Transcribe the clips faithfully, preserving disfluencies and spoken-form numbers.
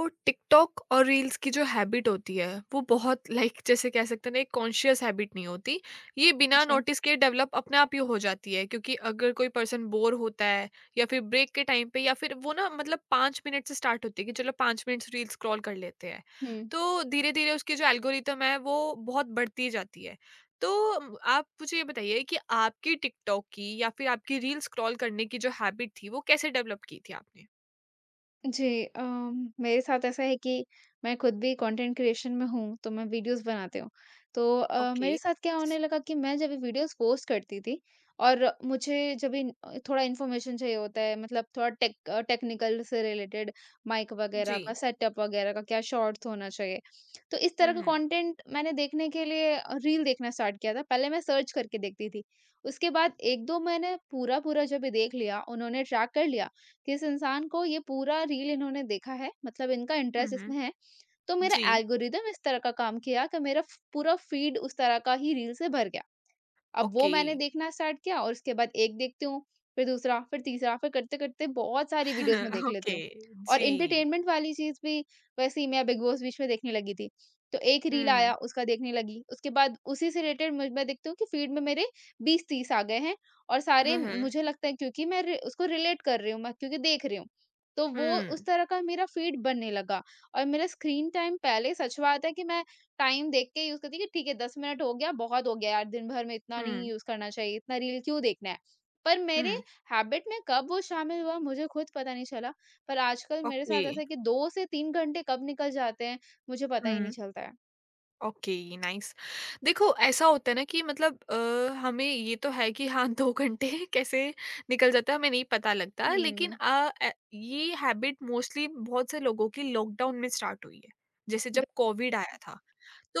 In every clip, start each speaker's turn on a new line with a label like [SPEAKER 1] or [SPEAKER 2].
[SPEAKER 1] तो टिकटॉक और रील्स की जो हैबिट होती है, वो बहुत लाइक जैसे कह सकते हैं ना, एक कॉन्शियस हैबिट नहीं होती। ये बिना
[SPEAKER 2] जी,
[SPEAKER 1] नोटिस के डेवलप अपने आप ही हो जाती है, क्योंकि अगर कोई पर्सन बोर होता है या फिर ब्रेक के टाइम पे, या फिर वो ना मतलब पाँच मिनट से स्टार्ट होती है कि चलो पाँच मिनट रील स्क्रॉल कर लेते हैं।
[SPEAKER 2] हुँ।
[SPEAKER 1] तो धीरे धीरे उसकी जो एल्गोरिथम है वो बहुत बढ़ती जाती है। तो म, आप मुझे ये बताइए कि आपकी टिकटॉक की या फिर आपकी रील स्क्रॉल करने की जो हैबिट थी वो कैसे डेवलप की थी आपने।
[SPEAKER 2] जी अ, मेरे साथ ऐसा है कि मैं खुद भी कंटेंट क्रिएशन में हूँ, तो मैं वीडियोज़ बनाती हूँ। तो अ,
[SPEAKER 1] ओके।
[SPEAKER 2] मेरे साथ क्या होने लगा कि मैं जब वीडियोज़ पोस्ट करती थी और मुझे जब इन अ, थोड़ा इन्फॉर्मेशन चाहिए होता है, मतलब थोड़ा टेक अ, टेक्निकल से रिलेटेड माइक
[SPEAKER 1] जी।
[SPEAKER 2] वगैरह का, सेटअप वगैरह का, क्या शॉट्स होना चाहिए। तो इस
[SPEAKER 1] हुँ,
[SPEAKER 2] तरह का
[SPEAKER 1] हुँ।
[SPEAKER 2] कंटेंट मैंने देखने के लिए अ, रील देखना स्टार्ट किया था। पहले मैं सर्च करके देखती थी। उसके बाद एक दो मैंने पूरा-पूरा जब देख लिया, उन्होंने ट्रैक कर लिया, किस इंसान को ये पूरा रील इन्होंने देखा है, मतलब इनका
[SPEAKER 1] हुँ,
[SPEAKER 2] इंटरेस्ट
[SPEAKER 1] हुँ।
[SPEAKER 2] इसमें है। तो मेरा
[SPEAKER 1] जी,
[SPEAKER 2] एल्गोरिदम इस तरह का काम किया कि मेरा फ पूरा फीड उस तरह का ही रील से भर गया। अब वो
[SPEAKER 1] ओके।
[SPEAKER 2] मैंने देखना स्टार्ट किया और उसके बाद एक देखती हूँ, फिर दूसरा, फिर तीसरा, फिर करते-करते बहुत सारी वीडियोज़ मैं देख लेती
[SPEAKER 1] ओके,
[SPEAKER 2] हूँ। और
[SPEAKER 1] जी।
[SPEAKER 2] एंटरटेनमेंट वाली चीज़ भी वैसे ही मैं बिग बॉस बीच में देखने लगी थी। तो एक रील
[SPEAKER 1] हुँ।
[SPEAKER 2] आया, उसका देखने लगी, उसके बाद उसी से रिलेटेड म मैं देखती हूँ कि फीड में मेरे बीस तीस आ गए हैं, और सारे,
[SPEAKER 1] हुँ, हुँ।
[SPEAKER 2] मुझे लगता है, क्योंकि मैं रि उसको रिलेट कर रही हूँ, मैं क्योंकि देख रही हूँ। तो वो उस
[SPEAKER 1] हुँ,
[SPEAKER 2] तरह का मेरा फीड बनने लगा। और मेरा स्क्रीन टाइम, पहले सच बात है कि मैं टाइम देख के यूज़ करती है कि ठीक है, दस मिनट हो गया, बहुत हो गया यार, दिन भर में इतना नहीं
[SPEAKER 1] हुँ,
[SPEAKER 2] यूज़ करना चाहिए, इतना रील क्यों देखना है। पर मेरे
[SPEAKER 1] हुँ,
[SPEAKER 2] हैबिट में कब वो शामिल हुआ, मुझे खुद पता नहीं चला। पर आजकल मेरे
[SPEAKER 1] ओके।
[SPEAKER 2] साथ ऐसा है कि दो से तीन घंटे कब निकल जाते हैं, मुझे पता ही नहीं
[SPEAKER 1] हुँ,
[SPEAKER 2] चलता है।
[SPEAKER 1] Okay, nice. देखो, ऐसा होता है ना कि मतलब अ, हमें ये तो है कि हाँ, दो घंटे कैसे निकल जाता है, हमें नहीं पता लगता।
[SPEAKER 2] हुँ,
[SPEAKER 1] लेकिन
[SPEAKER 2] हुँ।
[SPEAKER 1] अ, ए ये हैबिट मोस्टली बहुत से लोगों की लॉकडाउन में स्टार्ट हुई है। जैसे जब
[SPEAKER 2] बिल्कुल।
[SPEAKER 1] कोविड आया था।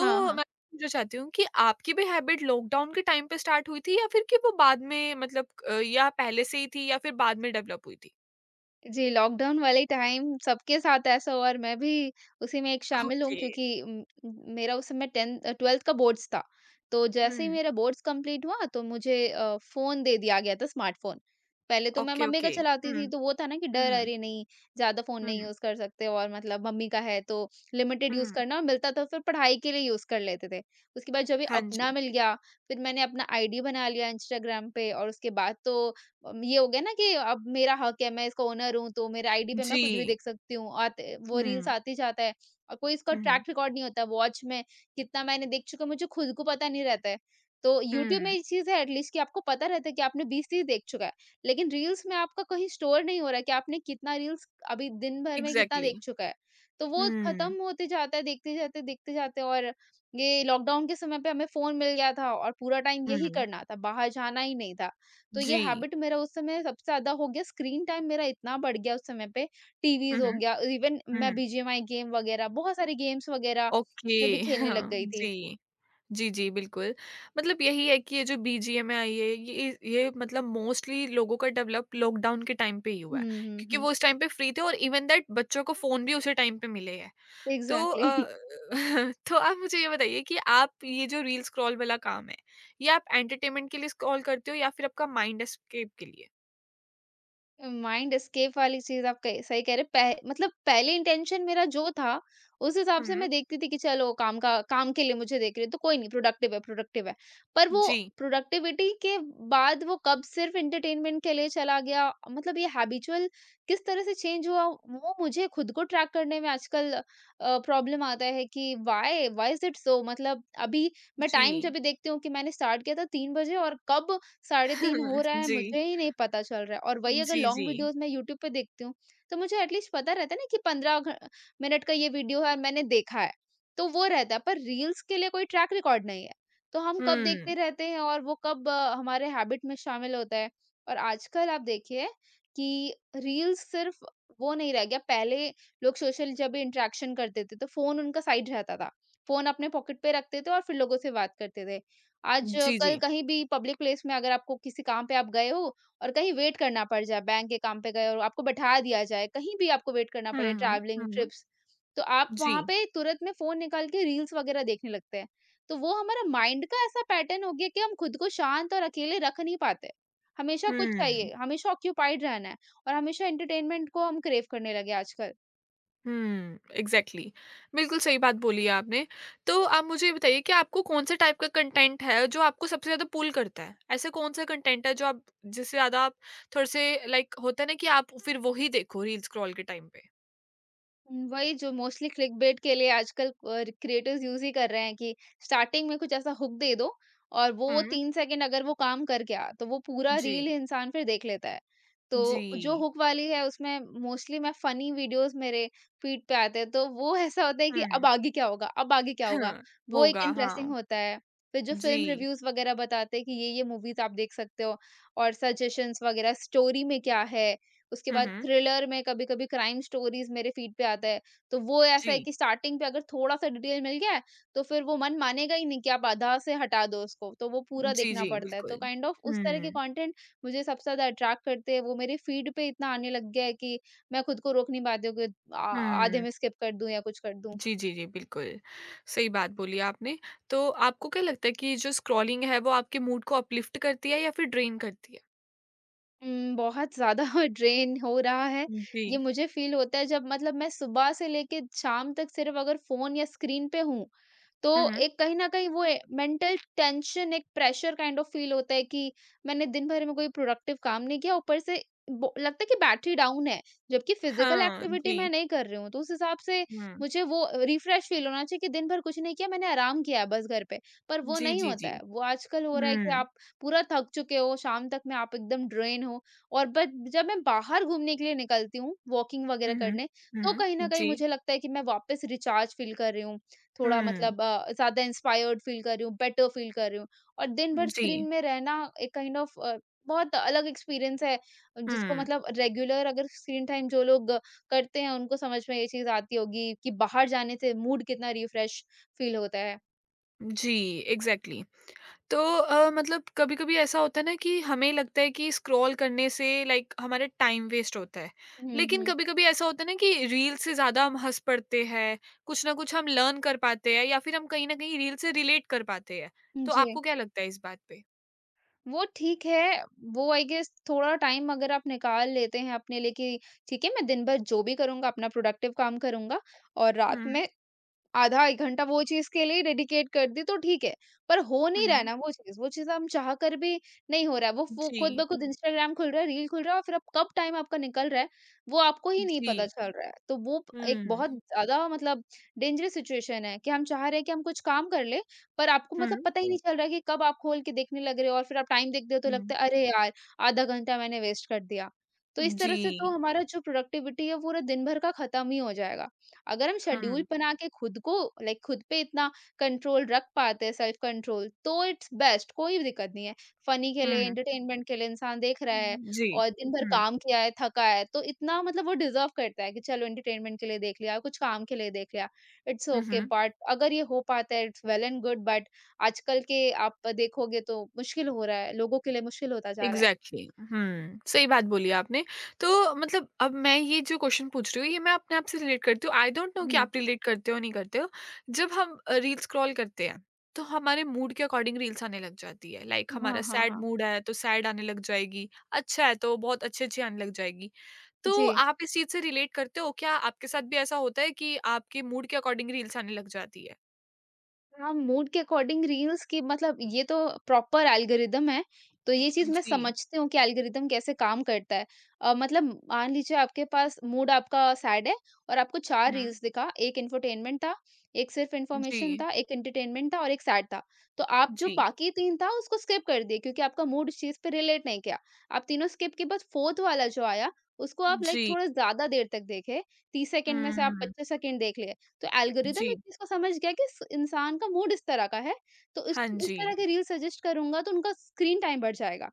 [SPEAKER 2] हाँ, हाँ।
[SPEAKER 1] मैं पूछना चाहती हूँ कि आपकी भी हैबिट लॉकडाउन के टाइम पे स्टार्ट हुई थी, या फिर कि वो बाद में मतलब अ, या पहले से ही थी या फिर बाद में डेवलप हुई थी?
[SPEAKER 2] जी, लॉकडाउन वाले टाइम सबके साथ ऐसा हुआ और मैं भी उसी में एक शामिल हूँ,
[SPEAKER 1] ओके।
[SPEAKER 2] क्योंकि उम, मेरा उस समय टेन्थ, अ, ट्वेल्थ का बोर्ड्स था। तो जैसे ही
[SPEAKER 1] हुँ।
[SPEAKER 2] मेरा बोर्ड्स कंप्लीट हुआ, तो मुझे अ, फ़ोन दे दिया गया था, स्मार्टफ़ोन। पहले तो मैं
[SPEAKER 1] ओके,
[SPEAKER 2] मम्मी का
[SPEAKER 1] ओके।
[SPEAKER 2] चलाती
[SPEAKER 1] हुँ,
[SPEAKER 2] थी, तो वो था ना कि डर,
[SPEAKER 1] हुँ,
[SPEAKER 2] अरे नहीं, ज़्यादा फ़ोन नहीं
[SPEAKER 1] हुँ,
[SPEAKER 2] यूज़ कर सकते, और मतलब मम्मी का है तो लिमिटेड यूज़
[SPEAKER 1] हुँ।
[SPEAKER 2] करना, और मिलता था तो फिर पढ़ाई के लिए यूज़ कर लेते थे। उसके बाद जब ये
[SPEAKER 1] हाँ
[SPEAKER 2] अपना
[SPEAKER 1] जी।
[SPEAKER 2] मिल गया, फिर मैंने अपना आईडी बना लिया इंस्टाग्राम पे, और उसके बाद तो अम, ये हो गया ना कि अब मेरा हक है, मैं इसका ओनर हूँ, तो मेरे आईडी पे मैं कुछ भी
[SPEAKER 1] जी।
[SPEAKER 2] देख सकती हूँ। आते वो रील्स
[SPEAKER 1] हुँ,
[SPEAKER 2] आते जाता है, और कोई इसका ट्रैक
[SPEAKER 1] हुँ,
[SPEAKER 2] रिकॉर्ड नहीं होता। वॉच में कितना मैंने देख चुका, मुझे खुद को पता नहीं रहता है। तो यूट्यूब में
[SPEAKER 1] हुँ।
[SPEAKER 2] ये चीज़ है एटलीस्ट, कि आपको पता रहता है कि आपने बीस तीस देख चुका है। लेकिन रील्स में आपका कहीं स्टोर नहीं हो रहा है कि आपने कितना रील्स, अभी दिन भर में कितना
[SPEAKER 1] इग्ज़ैक्टली।
[SPEAKER 2] देख चुका है। तो वो
[SPEAKER 1] हुँ,
[SPEAKER 2] खत्म होते जाता है, देखते जाते, देखते जाते। और ये लॉकडाउन के समय पे हमें फ़ोन मिल गया था, और पूरा टाइम यही
[SPEAKER 1] हुँ।
[SPEAKER 2] करना था, बाहर जाना ही नहीं था। तो ये
[SPEAKER 1] जी।
[SPEAKER 2] हैबिट मेरा उस समय सबसे ज़्यादा हो गया, स्क्रीन टाइम मेरा इतना बढ़ गया उस समय पे,
[SPEAKER 1] हुँ,
[SPEAKER 2] टीवीज़ हो
[SPEAKER 1] हुँ,
[SPEAKER 2] गया, इवन मैं
[SPEAKER 1] हुँ।
[SPEAKER 2] बीजीएमआई गेम वगैरह, बहुत सारे गेम्स वगैरह
[SPEAKER 1] ओके।
[SPEAKER 2] मैं भी खेलने लग
[SPEAKER 1] हाँ,
[SPEAKER 2] गई थी।
[SPEAKER 1] जी। जी, जी, बिल्कुल। मतलब यही है कि ये जो बीजीएमआई आई है, ये ये मतलब मोस्टली लोगों का डेवलप लॉकडाउन के टाइम पे ही हुआ है,
[SPEAKER 2] हुँ, हुँ,
[SPEAKER 1] क्योंकि
[SPEAKER 2] हुँ।
[SPEAKER 1] वो उस टाइम पे फ्री थे और इवन दैट बच्चों को फ़ोन भी उसी टाइम पे मिले हैं। तो अ,
[SPEAKER 2] एग्ज़ैक्टली।
[SPEAKER 1] तो आप मुझे ये बताइए कि आप ये जो रील स्क्रॉल वाला काम है, ये आप एंटरटेनमेंट के लिए स्क्रॉल करते हो या फिर आपका माइंड एस्केप के लिए?
[SPEAKER 2] अ, माइंड एस्केप वाली चीज़ आप कह सही कह रहे हैं। पह मतलब पहले इंटेंशन मेरा जो था, उस हिसाब से
[SPEAKER 1] हुँ,
[SPEAKER 2] मैं देखती थी कि चलो काम का, काम के लिए मुझे देख रही है, तो कोई नहीं, प्रोडक्टिव है, प्रोडक्टिव है। पर वो
[SPEAKER 1] जी,
[SPEAKER 2] प्रोडक्टिविटी के बाद वो कब सिर्फ़ एंटरटेनमेंट के लिए चला गया, मतलब ये हैबिचुअल किस तरह से चेंज हुआ, वो मुझे खुद को ट्रैक करने में आजकल अ, प्रॉब्लम आता है कि why why is it so, मतलब अभी मैं टाइम जब
[SPEAKER 1] जी।
[SPEAKER 2] भी देखती हूँ कि मैंने स्टार्ट किया था तीन बजे, और कब साढ़े तीन हो रहा है,
[SPEAKER 1] जी,
[SPEAKER 2] मुझे ही नहीं पता चल रहा है। और वही अगर
[SPEAKER 1] जी,
[SPEAKER 2] लॉन्ग
[SPEAKER 1] जी।
[SPEAKER 2] वीडियोज़ मैं यूट्यूब पे देखती हूँ, तो मुझे एटलीस्ट पता रहता है ना कि पंद्रह घ मिनट का ये वीडियो है और मैंने देखा है, तो वो रहता है। पर रील्स के लिए कोई ट्रैक रिकॉर्ड नहीं है, तो हम कब देखते
[SPEAKER 1] हुँ,
[SPEAKER 2] रहते हैं और वो कब अ, हमारे हैबिट में शामिल होता है। और आजकल आप देखिए कि रील्स सिर्फ़ वो नहीं रह गया, पहले लोग सोशल जब भी इंटरैक्शन करते थे, तो फ़ोन उनका साइड रहता था। फ़ोन अपने पॉकेट पे रखते थे और फिर लोगों से बात करते थे।
[SPEAKER 1] जी,
[SPEAKER 2] आज-कल
[SPEAKER 1] जी।
[SPEAKER 2] कहीं भी पब्लिक प्लेस में, अगर आपको किसी काम पे आप गए हो और कहीं वेट करना पड़ जाए, बैंक के काम पे गए और आपको बैठा दिया जाए, कहीं भी आपको वेट करना
[SPEAKER 1] हुँ,
[SPEAKER 2] पड़े,
[SPEAKER 1] हुँ,
[SPEAKER 2] ट्रैवलिंग,
[SPEAKER 1] हुँ,
[SPEAKER 2] ट्रिप्स, तो आप
[SPEAKER 1] जी।
[SPEAKER 2] वहाँ पे तुरंत में फ़ोन निकाल के रील्स वगैरह देखने लगते हैं। तो वो हमारा माइंड का ऐसा पैटर्न हो गया कि हम खुद को शांत और अकेले रख नहीं पाते। हमेशा कुछ
[SPEAKER 1] हुँ।
[SPEAKER 2] चाहिए, हमेशा ऑक्यूपाइड रहना है, और हमेशा एंटरटेनमेंट को हम क्रेव करने लगे आजकल।
[SPEAKER 1] हुँ, एग्ज़ैक्टली। बिल्कुल सही बात बोली है आपने। तो आप मुझे ये बताइए कि आपको कौन-से टाइप का कंटेंट है जो आपको सबसे ज़्यादा पुल करता है? ऐसा कौन-सा कंटेंट है जो आप जिससे ज़्यादा आप थोड़े से लाइक होता है ना कि आप फिर वो ही देखो रील स्क्रॉल के टाइम पे?
[SPEAKER 2] हुँ, वही जो मोस्टली क्लिकबेट के लिए आजकल अ, क्रिएटर्स यूज़ ही कर रहे हैं, कि स्टार्टिंग में कुछ ऐसा हुक दे दो, और वो
[SPEAKER 1] हुँ,
[SPEAKER 2] तीन सेकंड अगर वो काम कर गया, तो वो पूरा रील
[SPEAKER 1] जी,
[SPEAKER 2] इंसान फिर देख लेता है। तो
[SPEAKER 1] जी।
[SPEAKER 2] जो हुक वाली है, उसमें मोस्टली मैं फ़नी वीडियोज़ मेरे फ़ीड पे आते हैं, तो वो ऐसा होता है कि अब
[SPEAKER 1] हुँ,
[SPEAKER 2] आगे क्या होगा? अब आगे क्या होगा?
[SPEAKER 1] हाँ,
[SPEAKER 2] वो एक
[SPEAKER 1] होगा,
[SPEAKER 2] इंटरेस्टिंग
[SPEAKER 1] हाँ,
[SPEAKER 2] होता है। फिर जो
[SPEAKER 1] जी।
[SPEAKER 2] फ़िल्म रिव्यूज़ वगैरह बताते हैं कि ये-ये मूवीज़ आप देख सकते हो, और सजेशंस वगैरह, स्टोरी में क्या है? उसके
[SPEAKER 1] हुँ,
[SPEAKER 2] बाद
[SPEAKER 1] हुँ,
[SPEAKER 2] थ्रिलर में, कभी-कभी क्राइम स्टोरीज़ मेरे फ़ीड पे आता है, तो वो ऐसा है
[SPEAKER 1] जी।
[SPEAKER 2] कि स्टार्टिंग पे अगर थोड़ा-सा डिटेल मिल गया है, तो फिर वो मन मानेगा ही नहीं कि आप आधा से हटा दो उसको, तो वो पूरा
[SPEAKER 1] जी,
[SPEAKER 2] देखना
[SPEAKER 1] जी,
[SPEAKER 2] पड़ता है। तो
[SPEAKER 1] बिल्कुल।
[SPEAKER 2] काइंड ऑफ उस तरह के
[SPEAKER 1] हुँ,
[SPEAKER 2] कंटेंट मुझे सबसे ज़्यादा अट्रैक्ट करते हैं, वो मेरे फ़ीड पे इतना आने लग गया है कि मैं खुद को रोक नहीं पाती हूँ कि आ आधे
[SPEAKER 1] हुँ।
[SPEAKER 2] में स्किप कर दूँ या कुछ कर दूँ।
[SPEAKER 1] जी, जी, जी, बिल्कुल, सही बात बोली आपने। तो आपको क्या लगता है कि जो स्क्रॉलिंग है वो आपके मूड को अपलिफ्ट करती है या फिर ड्रेन करती है?
[SPEAKER 2] उम, बहुत ज़्यादा ड्रेन हो रहा है,
[SPEAKER 1] जी।
[SPEAKER 2] ये मुझे फ़ील होता है, जब मतलब मैं सुबह से लेके शाम तक सिर्फ़ अगर फ़ोन या स्क्रीन पे हूँ, तो
[SPEAKER 1] हुँ, हुँ।
[SPEAKER 2] एक कहीं न कहीं वो ए मेंटल टेंशन, एक प्रेशर काइंड ऑफ फ़ील होता है कि मैंने दिन भर में कोई प्रोडक्टिव काम नहीं किया, ऊपर से बो लगता है कि बैटरी डाउन है, जबकि फ़िज़िकल
[SPEAKER 1] हाँ,
[SPEAKER 2] एक्टिविटी
[SPEAKER 1] जी।
[SPEAKER 2] मैं नहीं कर रही हूँ। तो उस हिसाब से
[SPEAKER 1] हुँ।
[SPEAKER 2] मुझे वो अ, रिफ्रेश फ़ील होना चाहिए कि दिन भर कुछ नहीं किया, मैंने आराम किया है बस घर पे। पर वो
[SPEAKER 1] जी,
[SPEAKER 2] नहीं
[SPEAKER 1] जी,
[SPEAKER 2] होता
[SPEAKER 1] जी।
[SPEAKER 2] है, वो आजकल हो रहा है कि
[SPEAKER 1] हुँ।
[SPEAKER 2] आप पूरा थक चुके हो, शाम तक में आप एकदम ड्रेन हो। और बट जब मैं बाहर घूमने के लिए निकलती हूँ, वॉकिंग वगैरह
[SPEAKER 1] हुँ, हुँ।
[SPEAKER 2] करने,
[SPEAKER 1] हुँ,
[SPEAKER 2] तो कहीं न
[SPEAKER 1] हुँ।
[SPEAKER 2] कहीं
[SPEAKER 1] जी।
[SPEAKER 2] मुझे लगता है कि मैं वापस रिचार्ज फ़ील कर रही हूँ। थोड़ा
[SPEAKER 1] हुँ।
[SPEAKER 2] मतलब अ, ज़्यादा इंस्पायर्ड फ़ील कर रही हूँ, बेटर फ़ील कर रही हूँ। और दिन भर
[SPEAKER 1] जी।
[SPEAKER 2] स्क्रीन में रहना एक काइंड ऑफ़ अ, बहुत अलग एक्सपीरियंस है, जिसको
[SPEAKER 1] हुँ।
[SPEAKER 2] मतलब रेगुलर अगर स्क्रीन टाइम जो लोग करते हैं, उनको समझ में ये चीज़ आती होगी कि बाहर जाने से मूड कितना रिफ़्रेश फ़ील होता है।
[SPEAKER 1] जी, एग्ज़ैक्टली। तो अ, मतलब कभी-कभी ऐसा होता है ना कि हमें लगता है कि स्क्रॉल करने से लाइक हमारा टाइम वेस्ट होता है।
[SPEAKER 2] हुँ,
[SPEAKER 1] लेकिन
[SPEAKER 2] हुँ।
[SPEAKER 1] कभी-कभी ऐसा होता है ना कि रील से ज़्यादा हम हँस पड़ते हैं, कुछ न कुछ हम लर्न कर पाते हैं, या फिर हम कहीं न कहीं रील से रिलेट कर पाते हैं। तो
[SPEAKER 2] जी,
[SPEAKER 1] आपको क्या लगता है इस बात पे?
[SPEAKER 2] वो ठीक है, वो आई गेस, थोड़ा टाइम अगर आप निकाल लेते हैं अपने लिए कि ठीक है, मैं दिन भर जो भी करूँगा अपना प्रोडक्टिव काम करूँगा, और रात
[SPEAKER 1] हुँ,
[SPEAKER 2] में आधा एक घंटा वो चीज़ के लिए डेडिकेट कर दी, तो ठीक है। पर हो नहीं रहा
[SPEAKER 1] हुँ।
[SPEAKER 2] है ना वो चीज़, वो चीज़ हम चाह कर भी नहीं हो रहा है। वो फ़ो खुद
[SPEAKER 1] जी,
[SPEAKER 2] ब खुद इंस्टाग्राम खुल रहा है, रील खुल रहा है, और फिर अब कब टाइम आपका निकल रहा है, वो आपको ही नहीं
[SPEAKER 1] जी।
[SPEAKER 2] पता चल रहा है। तो वो प एक
[SPEAKER 1] हुँ,
[SPEAKER 2] बहुत ज़्यादा मतलब डेंजरस सिचुएशन है कि हम चाह रहे हैं कि हम कुछ काम कर लें, पर आपको
[SPEAKER 1] हुँ,
[SPEAKER 2] मतलब पता ही नहीं चल रहा है कि कब आप खोल के देखने लग रहे हो, और फिर आप टाइम देखते हो तो
[SPEAKER 1] हुँ।
[SPEAKER 2] लगता है, अरे यार! आधा घंटा मैंने वेस्ट कर दिया। तो इस
[SPEAKER 1] जी।
[SPEAKER 2] तरह से तो हमारा जो प्रोडक्टिविटी है पूरा दिन भर का खत्म ही हो जाएगा। अगर हम शेड्यूल
[SPEAKER 1] हुँ,
[SPEAKER 2] बना के खुद को लाइक खुद पे इतना कंट्रोल रख पाते हैं सेल्फ कंट्रोल तो इट्स बेस्ट, कोई दिक्कत नहीं है। फनी के लिए,
[SPEAKER 1] हुँ।
[SPEAKER 2] एंटरटेनमेंट के लिए इंसान देख रहा है
[SPEAKER 1] जी।
[SPEAKER 2] और दिन भर
[SPEAKER 1] हुँ,
[SPEAKER 2] काम किया है, थका है, तो इतना मतलब वो डिजर्व करता है कि चलो एंटरटेनमेंट के लिए देख लिया, कुछ काम के लिए देख लिया, इट्स
[SPEAKER 1] हुँ,
[SPEAKER 2] ओके।
[SPEAKER 1] हुँ।
[SPEAKER 2] बट अगर ये हो पाता है it's well and good, but आजकल के आप देखोगे तो मुश्किल हो रहा है, लोगों के लिए मुश्किल होता जा रहा है।
[SPEAKER 1] Exactly exactly. हम्म, सही बात बोली आपने। तो मतलब अब मैं ये जो क्वेश्चन पूछ रही हूँ ये मैं अपने आप से रिलेट करती हूँ, आई डोंट नो कि
[SPEAKER 2] हम्म।
[SPEAKER 1] आप रिलेट करते हो नहीं करते हो। जब हम रील स्क्रॉल करते हैं तो हमारे मूड के अकॉर्डिंग रील्स आने लग जाती है, लाइक like,
[SPEAKER 2] हाँ
[SPEAKER 1] हमारा
[SPEAKER 2] हाँ
[SPEAKER 1] सैड
[SPEAKER 2] हाँ
[SPEAKER 1] मूड है तो सैड आने लग जाएगी, अच्छा है तो बहुत अच्छी अच्छी आने लग जाएगी।
[SPEAKER 2] जी।
[SPEAKER 1] तो आप इस चीज से रिलेट करते हो? क्या आपके साथ भी ऐसा होता है कि आपके मूड के अकॉर्डिंग रील्स आने लग जाती है?
[SPEAKER 2] हाँ, मूड के अकॉर्डिंग रील्स की मतलब ये तो प्रॉपर एल्गोरिदम है, तो ये चीज़ मैं
[SPEAKER 1] जी।
[SPEAKER 2] समझती हूँ कि एल्गोरिदम कैसे काम करता है। अ, मतलब मान लीजिए आपके पास मूड आपका सैड है और आपको चार
[SPEAKER 1] हम्म।
[SPEAKER 2] रील्स दिखा, एक इंफोटेनमेंट था, एक सिर्फ इन्फॉर्मेशन
[SPEAKER 1] जी।
[SPEAKER 2] था, एक एंटरटेनमेंट था और एक सैड था। तो आप जो
[SPEAKER 1] जी।
[SPEAKER 2] बाकी तीन था उसको स्किप कर दिए क्योंकि आपका मूड उस चीज़ पे रिलेट नहीं किया। आप तीनों स्किप किए, बस फोर्थ वाला जो आया उसको आप लाइक
[SPEAKER 1] जी।
[SPEAKER 2] थोड़ा ज़्यादा देर तक देखे, तीस सेकंड में से आप
[SPEAKER 1] हम्म।
[SPEAKER 2] पच्चीस सेकंड देख लिए। तो एल्गोरिदम इस
[SPEAKER 1] जी।
[SPEAKER 2] चीज़ को समझ गया कि इस इंसान का मूड इस तरह का है, तो इस
[SPEAKER 1] हाँ
[SPEAKER 2] इस
[SPEAKER 1] जी।
[SPEAKER 2] तरह के रील सजेस्ट करूँगा तो उनका स्क्रीन टाइम बढ़ जाएगा।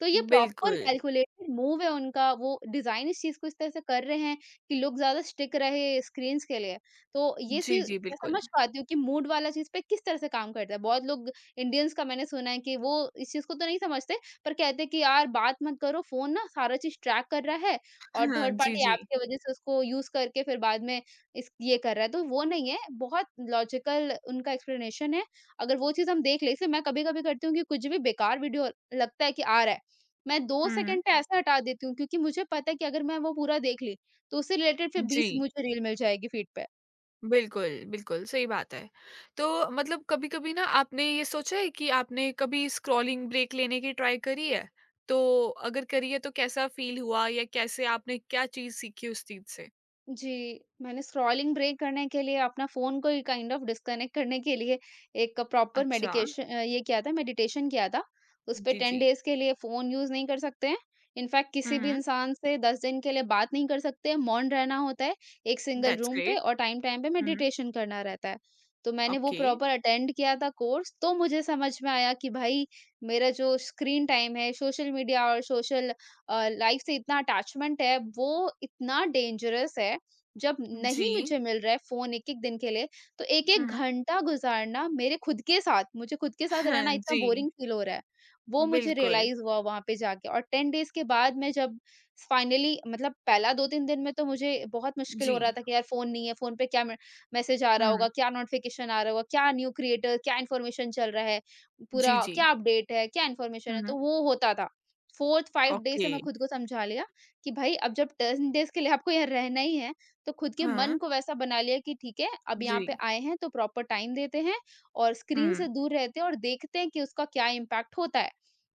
[SPEAKER 2] तो ये प्रॉपर
[SPEAKER 1] बिल्कुल।
[SPEAKER 2] कैलकुलेटेड मूव है उनका, वो डिज़ाइन इस चीज़ को इस तरह से कर रहे हैं कि लोग ज़्यादा स्टिक रहे स्क्रीन्स के लिए। तो ये
[SPEAKER 1] जी,
[SPEAKER 2] चीज़
[SPEAKER 1] जी,
[SPEAKER 2] मैं
[SPEAKER 1] बिल्कुल।
[SPEAKER 2] समझ पाती हूँ कि मूड वाला चीज़ पे किस तरह से काम करता है। बहुत लोग इंडियंस का मैंने सुना है कि वो इस चीज़ को तो नहीं समझते, पर कहते हैं कि यार बात मत करो, फ़ोन ना सारा चीज़ ट्रैक कर रहा है और
[SPEAKER 1] हाँ,
[SPEAKER 2] थर्ड
[SPEAKER 1] जी,
[SPEAKER 2] पार्टी
[SPEAKER 1] जी।
[SPEAKER 2] ऐप की वज़ह से उसको यूज़ करके फिर बाद में इस ये कर रहा है, तो वो नहीं है, बहुत लॉजिकल उनका एक्सप्लेनेशन है। अगर वो चीज़ हम देख लें जैसे मैं कभी-कभी करती हूँ कि कुछ भी बेकार वीडियो लगता है कि आ रहा है, मैं दो
[SPEAKER 1] हुँ, हुँ।
[SPEAKER 2] सेकंड पे हुँ। ऐसा हटा देती हूँ क्योंकि मुझे पता है कि अगर मैं वो पूरा देख ली, तो उससे रिलेटेड फिर
[SPEAKER 1] जी,
[SPEAKER 2] बीस मुझे रील मिल जाएगी फीड पे।
[SPEAKER 1] बिल्कुल, बिल्कुल, सही बात है। तो मतलब कभी-कभी ना आपने ये सोचा है कि आपने कभी स्क्रॉलिंग ब्रेक लेने की ट्राई करी है? तो अगर करी है तो कैसा फ़ील हुआ, या कैसे आपने क्या चीज़ सीखी उस चीज़ से?
[SPEAKER 2] जी, मैंने स्क्रॉलिंग ब्रेक करने के लिए अपना फ़ोन को ही काइंड ऑफ़ डिस्कनेक्ट करने के लिए एक प्रॉपर
[SPEAKER 1] अच्छा,
[SPEAKER 2] मेडिकेशन अ, ये किया था मेडिटेशन किया था। उसपे
[SPEAKER 1] जी,
[SPEAKER 2] टेन
[SPEAKER 1] जी।
[SPEAKER 2] डेज़ के लिए फ़ोन यूज़ नहीं कर सकते हैं। इनफैक्ट
[SPEAKER 1] हुँ,
[SPEAKER 2] किसी भी
[SPEAKER 1] हुँ।
[SPEAKER 2] इंसान से दस दिन के लिए बात नहीं कर सकते हैं, मौन रहना होता है एक सिंगल
[SPEAKER 1] दैट्स
[SPEAKER 2] रूम पे
[SPEAKER 1] ग्रेट।
[SPEAKER 2] और टाइम-टाइम पे
[SPEAKER 1] हुँ, हुँ।
[SPEAKER 2] मेडिटेशन करना रहता है। तो मैंने वो
[SPEAKER 1] ओके,
[SPEAKER 2] प्रॉपर अटेंड किया था कोर्स, तो मुझे समझ में आया कि भाई मेरा जो स्क्रीन टाइम है, सोशल मीडिया और सोशल अ, लाइफ़ से इतना अटैचमेंट है, वो इतना डेंजरस है। जब नहीं
[SPEAKER 1] जी।
[SPEAKER 2] मुझे मिल रहा है फ़ोन एक-एक दिन के लिए, तो
[SPEAKER 1] हुँ,
[SPEAKER 2] एक-एक
[SPEAKER 1] हुँ।
[SPEAKER 2] घंटा गुज़ारना मेरे खुद के साथ, मुझे खुद के साथ रहना
[SPEAKER 1] हाँ,
[SPEAKER 2] इतना
[SPEAKER 1] जी,
[SPEAKER 2] बोरिंग फ़ील हो रहा है। वो मुझे
[SPEAKER 1] बिल्कुल।
[SPEAKER 2] रियलाइज़ हुआ वहाँ पे जाके, और टेन डेज़ के बाद मैं जब फाइनली मतलब पहला दो तीन दिन में तो मुझे बहुत मुश्किल हो
[SPEAKER 1] जी।
[SPEAKER 2] रहा था कि यार फ़ोन नहीं है, फ़ोन पे क्या म मैसेज आ रहा
[SPEAKER 1] हुँ,
[SPEAKER 2] होगा, क्या नोटिफ़िकेशन आ रहा होगा, क्या न्यू क्रिएटर, क्या इन्फॉर्मेशन चल रहा है,
[SPEAKER 1] जी,
[SPEAKER 2] पूरा
[SPEAKER 1] जी।
[SPEAKER 2] क्या अपडेट है, क्या इन्फॉर्मेशन
[SPEAKER 1] हुँ,
[SPEAKER 2] है, तो
[SPEAKER 1] हुँ।
[SPEAKER 2] वो होता था। फोर्थ फिफ्थ डे से
[SPEAKER 1] ओके।
[SPEAKER 2] मैं खुद को समझा लिया कि भाई अब जब टेन डेज़ के लिए आपको यहाँ रहना ही है, तो खुद के
[SPEAKER 1] हाँ,
[SPEAKER 2] मन को वैसा बना लिया कि ठीक है अब
[SPEAKER 1] जी।
[SPEAKER 2] यहाँ पे आए हैं तो प्रॉपर टाइम देते हैं और स्क्रीन
[SPEAKER 1] हुँ,
[SPEAKER 2] से दूर रहते हैं और देखते हैं कि उसका क्या इम्पैक्ट होता है।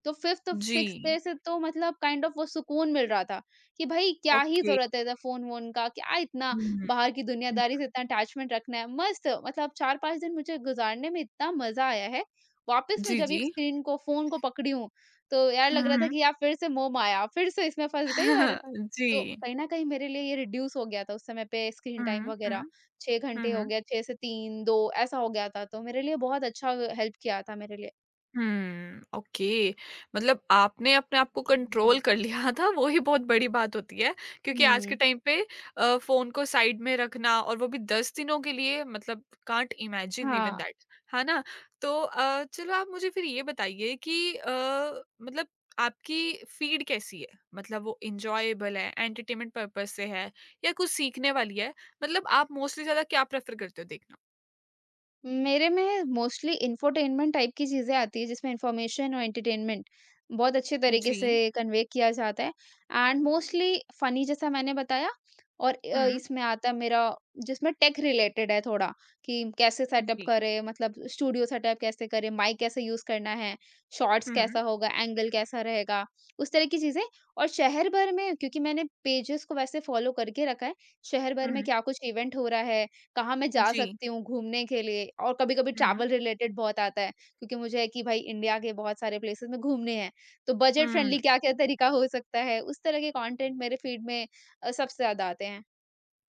[SPEAKER 2] तो फिफ्थ सिक्स
[SPEAKER 1] जी,
[SPEAKER 2] डे से तो मतलब काइंड ऑफ वो सुकून मिल रहा था कि भाई क्या ही
[SPEAKER 1] ओके।
[SPEAKER 2] जरूरत है फोन वोन का, क्या इतना
[SPEAKER 1] हुँ, हुँ,
[SPEAKER 2] बाहर की
[SPEAKER 1] हुँ।
[SPEAKER 2] दुनियादारी से इतना अटैचमेंट रखना है। मस्त मतलब चार पांच दिन मुझे गुजारने में इतना मजा आया है। वापस मैं
[SPEAKER 1] जी,
[SPEAKER 2] जब ये
[SPEAKER 1] जी।
[SPEAKER 2] स्क्रीन को फोन को पकड़ी हूँ तो यार
[SPEAKER 1] हुँ,
[SPEAKER 2] लग रहा था
[SPEAKER 1] हुँ।
[SPEAKER 2] कि यार फिर से मोम आया, फिर से इसमें फंस गई। और
[SPEAKER 1] जी।
[SPEAKER 2] तो कहीं न कहीं मेरे लिए ये रिड्यूस हो गया था, उस समय पे स्क्रीन टाइम
[SPEAKER 1] हुँ, हुँ,
[SPEAKER 2] वगैरह, छह
[SPEAKER 1] हुँ,
[SPEAKER 2] घंटे हो
[SPEAKER 1] हुँ।
[SPEAKER 2] गया, छह से तीन, दो ऐसा हो गया था, तो मेरे लिए बहुत अच्छा हेल्प किया था मेरे लिए।
[SPEAKER 1] हुँ, ओके। मतलब आपने अपने आप को कंट्रोल कर लिया था, वो ही बहुत बड़ी बात होती है, क्योंकि आज के
[SPEAKER 2] हुँ।
[SPEAKER 1] टाइम पे अ, फ़ोन को साइड में रखना और वो भी दस दिनों के लिए मतलब कांट इमेजिन इवन
[SPEAKER 2] हाँ।
[SPEAKER 1] दैट, है ना? तो अ, चलो आप मुझे फिर ये बताइए कि अ, मतलब आपकी फ़ीड कैसी है? मतलब वो एन्जॉयबल है, एंटरटेनमेंट पर्पज़ से है या कुछ सीखने वाली है? मतलब आप मोस्टली ज़्यादा क्या प्रेफ़र करते हो देखना?
[SPEAKER 2] मेरे में मोस्टली इंफोटेनमेंट टाइप की चीज़ें आती हैं, जिसमें इन्फॉर्मेशन और एंटरटेनमेंट बहुत अच्छे तरीके से
[SPEAKER 1] जी।
[SPEAKER 2] कन्वे किया जाता है। एंड मोस्टली फनी जैसा मैंने बताया और अ,
[SPEAKER 1] हुँ,
[SPEAKER 2] इसमें आता है मेरा, जिसमें टेक रिलेटेड है थोड़ा, कि कैसे सेटअप
[SPEAKER 1] जी।
[SPEAKER 2] करें मतलब स्टूडियो सेटअप कैसे करें, माइक कैसे यूज़ करना है, शॉर्ट्स
[SPEAKER 1] हुँ,
[SPEAKER 2] कैसा होगा, एंगल कैसा रहेगा, उस तरह की चीज़ें। और शहर भर में क्योंकि मैंने पेजेस को वैसे फॉलो करके रखा है, शहर भर में
[SPEAKER 1] हुँ,
[SPEAKER 2] क्या कुछ इवेंट हो रहा है, कहाँ मैं जा
[SPEAKER 1] जी।
[SPEAKER 2] सकती हूँ घूमने के लिए, और कभी-कभी
[SPEAKER 1] हुँ, हुँ।
[SPEAKER 2] ट्रैवल रिलेटेड बहुत आता है क्योंकि मुझे है कि भाई इंडिया के बहुत सारे प्लेसेस में घूमने हैं। तो बजट
[SPEAKER 1] हुँ,
[SPEAKER 2] फ्रेंडली क्या-क्या तरीका हो सकता है? उस तरह के कंटेंट मेरे फीड में अ, सबसे ज़्यादा आते हैं।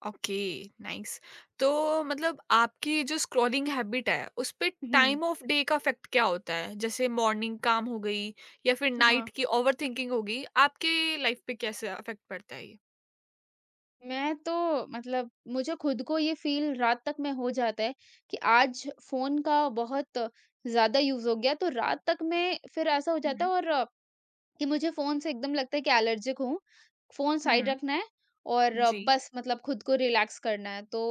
[SPEAKER 1] Okay, nice. तो मतलब आपकी जो स्क्रॉलिंग हैबिट है, उसपे
[SPEAKER 2] हुँ।
[SPEAKER 1] टाइम ऑफ डे का इफ़ेक्ट क्या होता है? जैसे मॉर्निंग काम हो गई या फिर
[SPEAKER 2] हाँ,
[SPEAKER 1] नाइट की ओवरथिंकिंग हो गई, आपके लाइफ़ पे कैसे इफ़ेक्ट पड़ता है ये?
[SPEAKER 2] मैं तो मतलब मुझे खुद को ये फ़ील रात तक में हो जाता है कि आज फ़ोन का बहुत ज़्यादा यूज़ हो गया, तो रात तक में फिर ऐसा हो
[SPEAKER 1] हुँ,
[SPEAKER 2] जाता है,
[SPEAKER 1] हुँ।
[SPEAKER 2] और कि मुझे फ़ोन से एकदम लगता है कि एलर्जिक हूँ। फ़ोन
[SPEAKER 1] हुँ,
[SPEAKER 2] साइड
[SPEAKER 1] हुँ।
[SPEAKER 2] रखना है और अ,
[SPEAKER 1] जी।
[SPEAKER 2] बस मतलब खुद को रिलैक्स करना है। तो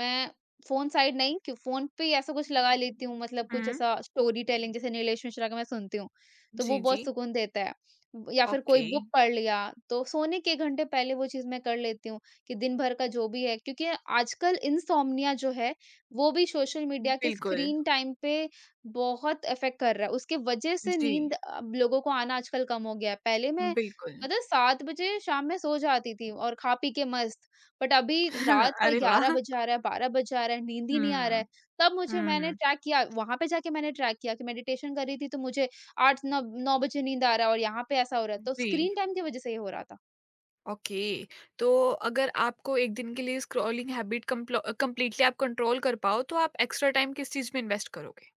[SPEAKER 2] मैं फ़ोन साइड नहीं कि फ़ोन पे ही ऐसा कुछ लगा लेती हूँ, मतलब कुछ
[SPEAKER 1] हुँ।
[SPEAKER 2] ऐसा स्टोरी टेलिंग जैसे नीलेश मिश्रा का मैं सुनती हूँ, तो वो
[SPEAKER 1] जी,
[SPEAKER 2] बहुत
[SPEAKER 1] जी।
[SPEAKER 2] सुकून देता है। ब- या फिर कोई
[SPEAKER 1] ओके,
[SPEAKER 2] बुक पढ़ लिया, तो सोने के एक घंटे पहले वो चीज़ मैं कर लेती हूँ कि दिन भर का जो भी है क्योंकि आजकल इनसोम्निया जो है, वो भी सोशल मीडिया के
[SPEAKER 1] बिल्कुल।
[SPEAKER 2] स्क्रीन टाइम पे बहुत इफ़ेक्ट कर रहा है, उसके वजह से
[SPEAKER 1] जी,
[SPEAKER 2] नींद अब लोगों को आना आजकल कम हो गया है। पहले मैं
[SPEAKER 1] बिल्कुल।
[SPEAKER 2] पता है सात बजे शाम में सो जाती थी और खा पी के मस्त, बट अभी रात का
[SPEAKER 1] अरे
[SPEAKER 2] ग्यारह
[SPEAKER 1] वाह!
[SPEAKER 2] बज आ रहा है, बारह बज आ रहा है, नींद ही नहीं आ रहा
[SPEAKER 1] हुँ,
[SPEAKER 2] है। तब मुझे मैंने
[SPEAKER 1] हुँ।
[SPEAKER 2] ट्रैक किया, वहाँ पे जाके मैंने ट्रैक किया कि मेडिटेशन कर रही थी तो मुझे 8 नब नौ बजे नींद आ रहा है और यहाँ पे ऐसा हो रहा है, तो
[SPEAKER 1] जी।
[SPEAKER 2] स्क्रीन टाइम की वजह से ये हो रहा था।
[SPEAKER 1] ओके। तो अगर आपको एक दिन के लिए स्क्रॉलिंग हैबिट कंप्लीटली आप कंट्रोल कर पाओ, तो आप एक्स्ट्रा टाइम किस चीज में इन्वेस्ट करोगे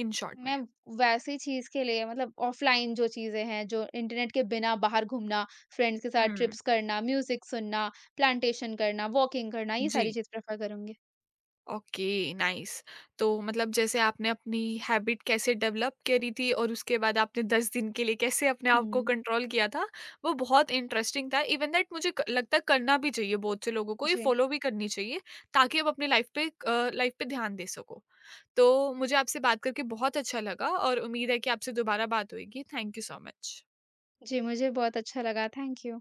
[SPEAKER 1] इन शॉर्ट में?
[SPEAKER 2] मैं वैसी चीज़ के लिए मतलब ऑफ़लाइन जो चीज़ें हैं, जो इंटरनेट के बिना बाहर घूमना, फ्रेंड्स के साथ
[SPEAKER 1] हम्म।
[SPEAKER 2] ट्रिप्स करना, म्यूज़िक सुनना, प्लांटेशन करना, वॉकिंग करना, ये
[SPEAKER 1] जी।
[SPEAKER 2] सारी चीज़ प्रेफ़र करूँगी।
[SPEAKER 1] Okay, nice. तो मतलब जैसे आपने अपनी हैबिट कैसे डेवलप करी थी और उसके बाद आपने दस दिन के लिए कैसे अपने आप को
[SPEAKER 2] हुँ।
[SPEAKER 1] कंट्रोल किया था, वो बहुत इंटरेस्टिंग था। इवन दैट मुझे क- लगता है करना भी चाहिए, बहुत से लोगों को ये
[SPEAKER 2] जी।
[SPEAKER 1] फॉलो भी करनी चाहिए, ताकि आप अपनी लाइफ पे लाइफ पे ध्यान दे सको। तो मुझे आपसे बात करके बहुत अच्छा लगा और उम्मीद है कि आपसे दोबारा बात होएगी। Thank you so much.
[SPEAKER 2] जी, मुझे बहुत अच्छा लगा। Thank you.